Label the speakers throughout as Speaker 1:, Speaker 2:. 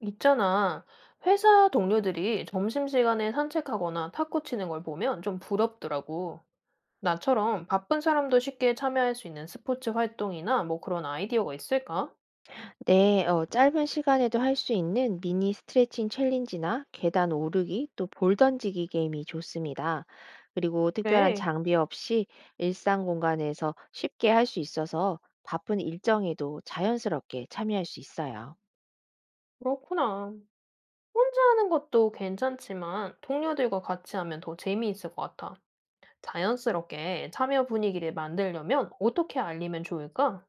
Speaker 1: 있잖아. 회사 동료들이 점심시간에 산책하거나 탁구 치는 걸 보면 좀 부럽더라고. 나처럼 바쁜 사람도 쉽게 참여할 수 있는 스포츠 활동이나 뭐 그런 아이디어가 있을까?
Speaker 2: 네, 짧은 시간에도 할 수 있는 미니 스트레칭 챌린지나 계단 오르기 또 볼 던지기 게임이 좋습니다. 그리고 특별한
Speaker 1: 그래,
Speaker 2: 장비 없이 일상 공간에서 쉽게 할 수 있어서 바쁜 일정에도 자연스럽게 참여할 수 있어요.
Speaker 1: 그렇구나. 혼자 하는 것도 괜찮지만 동료들과 같이 하면 더 재미있을 것 같아. 자연스럽게 참여 분위기를 만들려면 어떻게 알리면 좋을까?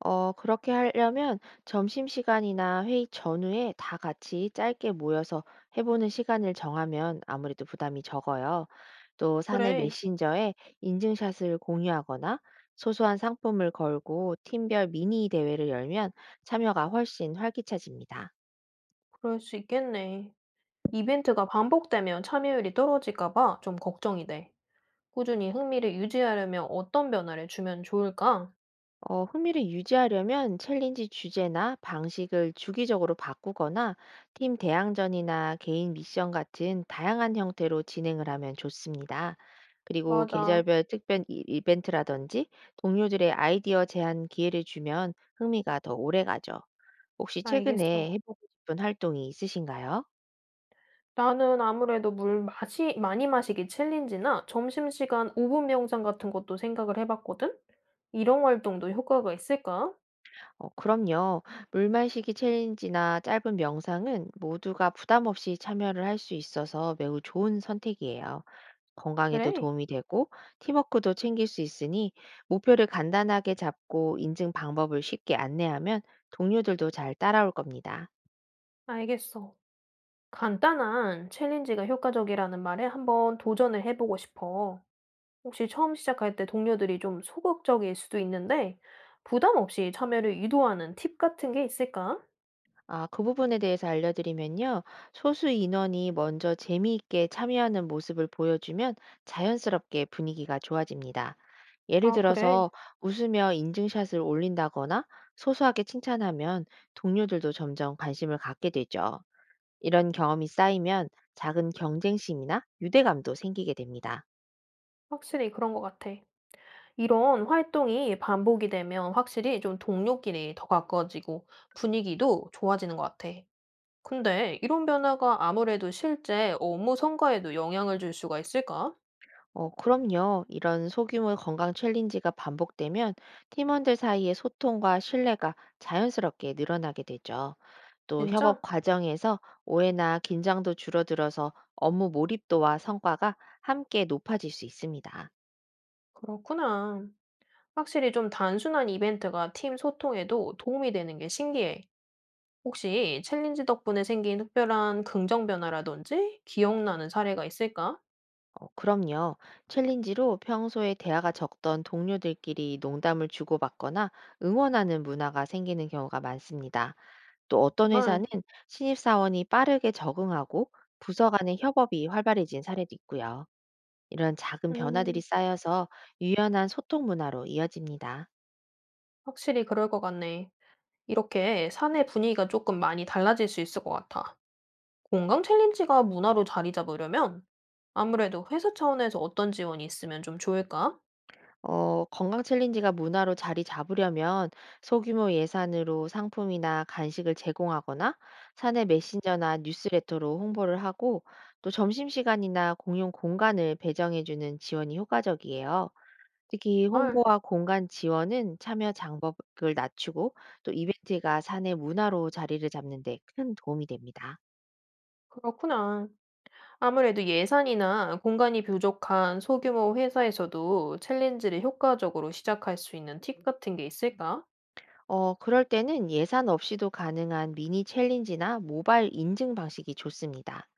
Speaker 2: 그렇게 하려면 점심시간이나 회의 전후에 다 같이 짧게 모여서 해보는 시간을 정하면 아무래도 부담이 적어요. 또 사내
Speaker 1: 그래,
Speaker 2: 메신저에 인증샷을 공유하거나 소소한 상품을 걸고 팀별 미니 대회를 열면 참여가 훨씬 활기차집니다.
Speaker 1: 그럴 수 있겠네. 이벤트가 반복되면 참여율이 떨어질까 봐 좀 걱정이 돼. 꾸준히 흥미를 유지하려면 어떤 변화를 주면 좋을까?
Speaker 2: 흥미를 유지하려면 챌린지 주제나 방식을 주기적으로 바꾸거나 팀 대항전이나 개인 미션 같은 다양한 형태로 진행을 하면 좋습니다. 그리고
Speaker 1: 맞아.
Speaker 2: 계절별 특별 이벤트라든지 동료들의 아이디어 제안 기회를 주면 흥미가 더 오래 가죠. 혹시 최근에
Speaker 1: 알겠어.
Speaker 2: 해보고 싶은 활동이 있으신가요?
Speaker 1: 나는 아무래도 많이 마시기 챌린지나 점심시간 5분 명상 같은 것도 생각을 해봤거든? 이런 활동도 효과가 있을까?
Speaker 2: 그럼요. 물 마시기 챌린지나 짧은 명상은 모두가 부담 없이 참여를 할 수 있어서 매우 좋은 선택이에요. 건강에도
Speaker 1: 그래,
Speaker 2: 도움이 되고 팀워크도 챙길 수 있으니 목표를 간단하게 잡고 인증 방법을 쉽게 안내하면 동료들도 잘 따라올 겁니다.
Speaker 1: 알겠어. 간단한 챌린지가 효과적이라는 말에 한번 도전을 해보고 싶어. 혹시 처음 시작할 때 동료들이 좀 소극적일 수도 있는데, 부담 없이 참여를 유도하는 팁 같은 게 있을까?
Speaker 2: 아, 그 부분에 대해서 알려드리면요. 소수 인원이 먼저 재미있게 참여하는 모습을 보여주면 자연스럽게 분위기가 좋아집니다. 예를
Speaker 1: 아, 그래.
Speaker 2: 들어서 웃으며 인증샷을 올린다거나 소소하게 칭찬하면 동료들도 점점 관심을 갖게 되죠. 이런 경험이 쌓이면 작은 경쟁심이나 유대감도 생기게 됩니다.
Speaker 1: 확실히 그런 것 같아. 이런 활동이 반복이 되면 확실히 좀 동료끼리 더 가까워지고 분위기도 좋아지는 것 같아. 근데 이런 변화가 아무래도 실제 업무 성과에도 영향을 줄 수가 있을까?
Speaker 2: 그럼요. 이런 소규모 건강 챌린지가 반복되면 팀원들 사이의 소통과 신뢰가 자연스럽게 늘어나게 되죠. 또 협업
Speaker 1: 진짜?
Speaker 2: 과정에서 오해나 긴장도 줄어들어서 업무 몰입도와 성과가 함께 높아질 수 있습니다.
Speaker 1: 그렇구나. 확실히 좀 단순한 이벤트가 팀 소통에도 도움이 되는 게 신기해. 혹시 챌린지 덕분에 생긴 특별한 긍정 변화라든지 기억나는 사례가 있을까?
Speaker 2: 그럼요. 챌린지로 평소에 대화가 적던 동료들끼리 농담을 주고받거나 응원하는 문화가 생기는 경우가 많습니다. 또 어떤
Speaker 1: 정말,
Speaker 2: 회사는 신입사원이 빠르게 적응하고 부서 간의 협업이 활발해진 사례도 있고요. 이런 작은 변화들이
Speaker 1: 음,
Speaker 2: 쌓여서 유연한 소통 문화로 이어집니다.
Speaker 1: 확실히 그럴 것 같네. 이렇게 사내 분위기가 조금 많이 달라질 수 있을 것 같아. 건강 챌린지가 문화로 자리 잡으려면 아무래도 회사 차원에서 어떤 지원이 있으면 좀 좋을까?
Speaker 2: 건강 챌린지가 문화로 자리 잡으려면 소규모 예산으로 상품이나 간식을 제공하거나 사내 메신저나 뉴스레터로 홍보를 하고 또 점심시간이나 공용 공간을 배정해주는 지원이 효과적이에요. 특히
Speaker 1: 아,
Speaker 2: 홍보와 공간 지원은 참여 장벽을 낮추고 또 이벤트가 사내 문화로 자리를 잡는 데 큰 도움이 됩니다.
Speaker 1: 그렇구나. 아무래도 예산이나 공간이 부족한 소규모 회사에서도 챌린지를 효과적으로 시작할 수 있는 팁 같은 게 있을까?
Speaker 2: 그럴 때는 예산 없이도 가능한 미니 챌린지나 모바일 인증 방식이 좋습니다.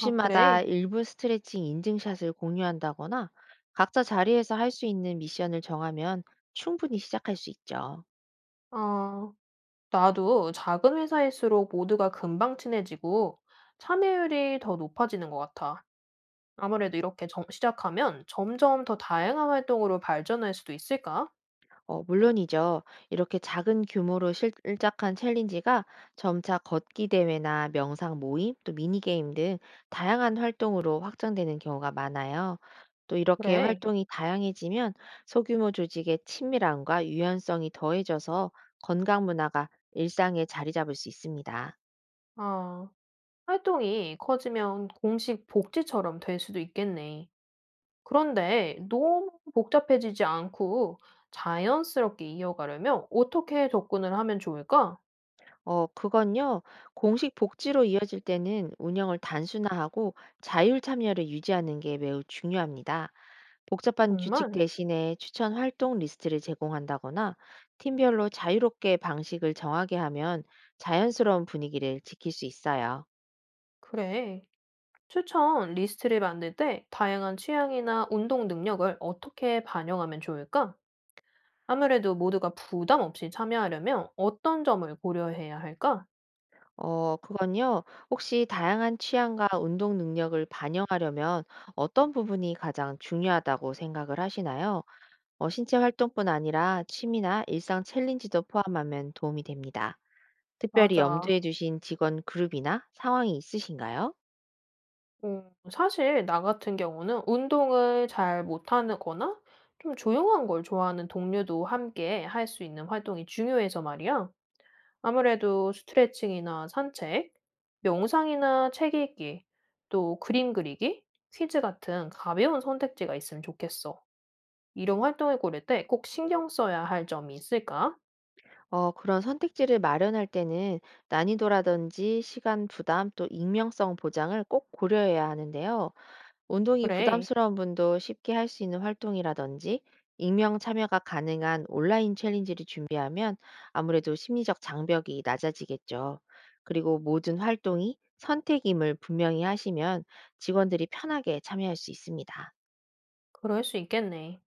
Speaker 1: 아, 그래.
Speaker 2: 1분 스트레칭 인증샷을 공유한다거나 각자 자리에서 할 수 있는 미션을 정하면 충분히 시작할 수 있죠.
Speaker 1: 아, 나도 작은 회사일수록 모두가 금방 친해지고 참여율이 더 높아지는 것 같아. 아무래도 이렇게 시작하면 점점 더 다양한 활동으로 발전할 수도 있을까?
Speaker 2: 물론이죠. 이렇게 작은 규모로 시작한 챌린지가 점차 걷기 대회나 명상 모임, 또 미니게임 등 다양한 활동으로 확장되는 경우가 많아요. 또 이렇게
Speaker 1: 그래.
Speaker 2: 활동이 다양해지면 소규모 조직의 친밀함과 유연성이 더해져서 건강 문화가 일상에 자리 잡을 수 있습니다.
Speaker 1: 아. 활동이 커지면 공식 복지처럼 될 수도 있겠네. 그런데 너무 복잡해지지 않고 자연스럽게 이어가려면 어떻게 접근을 하면 좋을까?
Speaker 2: 그건요, 공식 복지로 이어질 때는 운영을 단순화하고 자율 참여를 유지하는 게 매우 중요합니다. 복잡한 규칙
Speaker 1: 정말?
Speaker 2: 대신에 추천 활동 리스트를 제공한다거나 팀별로 자유롭게 방식을 정하게 하면 자연스러운 분위기를 지킬 수 있어요.
Speaker 1: 그래. 추천 리스트를 만들 때 다양한 취향이나 운동 능력을 어떻게 반영하면 좋을까? 아무래도 모두가 부담 없이 참여하려면 어떤 점을 고려해야 할까?
Speaker 2: 그건요. 혹시 다양한 취향과 운동 능력을 반영하려면 어떤 부분이 가장 중요하다고 생각을 하시나요? 신체 활동뿐 아니라 취미나 일상 챌린지도 포함하면 도움이 됩니다. 특별히
Speaker 1: 맞아.
Speaker 2: 염두에 두신 직원 그룹이나 상황이 있으신가요?
Speaker 1: 음, 사실 나 같은 경우는 운동을 잘 못하는 거나 좀 조용한 걸 좋아하는 동료도 함께 할 수 있는 활동이 중요해서 말이야. 아무래도 스트레칭이나 산책, 명상이나 책 읽기, 또 그림 그리기, 퀴즈 같은 가벼운 선택지가 있으면 좋겠어. 이런 활동을 고를 때 꼭 신경 써야 할 점이 있을까?
Speaker 2: 그런 선택지를 마련할 때는 난이도라든지 시간 부담 또 익명성 보장을 꼭 고려해야 하는데요. 운동이
Speaker 1: 그래,
Speaker 2: 부담스러운 분도 쉽게 할 수 있는 활동이라든지 익명 참여가 가능한 온라인 챌린지를 준비하면 아무래도 심리적 장벽이 낮아지겠죠. 그리고 모든 활동이 선택임을 분명히 하시면 직원들이 편하게 참여할 수 있습니다.
Speaker 1: 그럴 수 있겠네.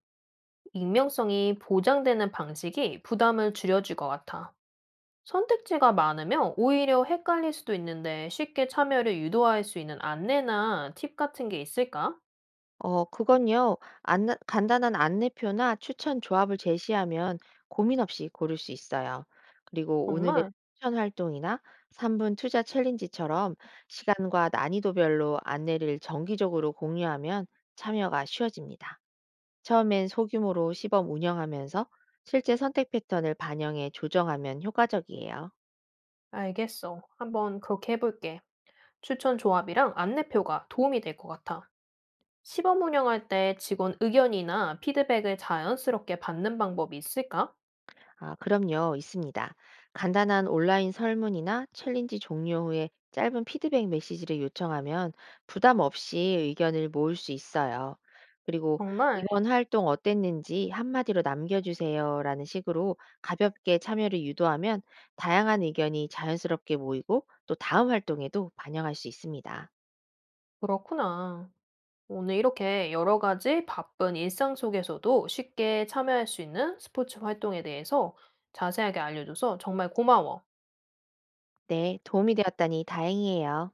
Speaker 1: 익명성이 보장되는 방식이 부담을 줄여줄 것 같아. 선택지가 많으면 오히려 헷갈릴 수도 있는데 쉽게 참여를 유도할 수 있는 안내나 팁 같은 게 있을까?
Speaker 2: 그건요. 간단한 안내표나 추천 조합을 제시하면 고민 없이 고를 수 있어요. 그리고 오늘의
Speaker 1: 정말?
Speaker 2: 추천 활동이나 3분 투자 챌린지처럼 시간과 난이도별로 안내를 정기적으로 공유하면 참여가 쉬워집니다. 처음엔 소규모로 시범 운영하면서 실제 선택 패턴을 반영해 조정하면 효과적이에요.
Speaker 1: 알겠어. 한번 그렇게 해볼게. 추천 조합이랑 안내표가 도움이 될 것 같아. 시범 운영할 때 직원 의견이나 피드백을 자연스럽게 받는 방법이 있을까?
Speaker 2: 아, 그럼요, 있습니다. 간단한 온라인 설문이나 챌린지 종료 후에 짧은 피드백 메시지를 요청하면 부담 없이 의견을 모을 수 있어요. 그리고
Speaker 1: 정말?
Speaker 2: 이번 활동 어땠는지 한마디로 남겨주세요라는 식으로 가볍게 참여를 유도하면 다양한 의견이 자연스럽게 모이고 또 다음 활동에도 반영할 수 있습니다.
Speaker 1: 그렇구나. 오늘 이렇게 여러 가지 바쁜 일상 속에서도 쉽게 참여할 수 있는 스포츠 활동에 대해서 자세하게 알려줘서 정말 고마워.
Speaker 2: 네, 도움이 되었다니 다행이에요.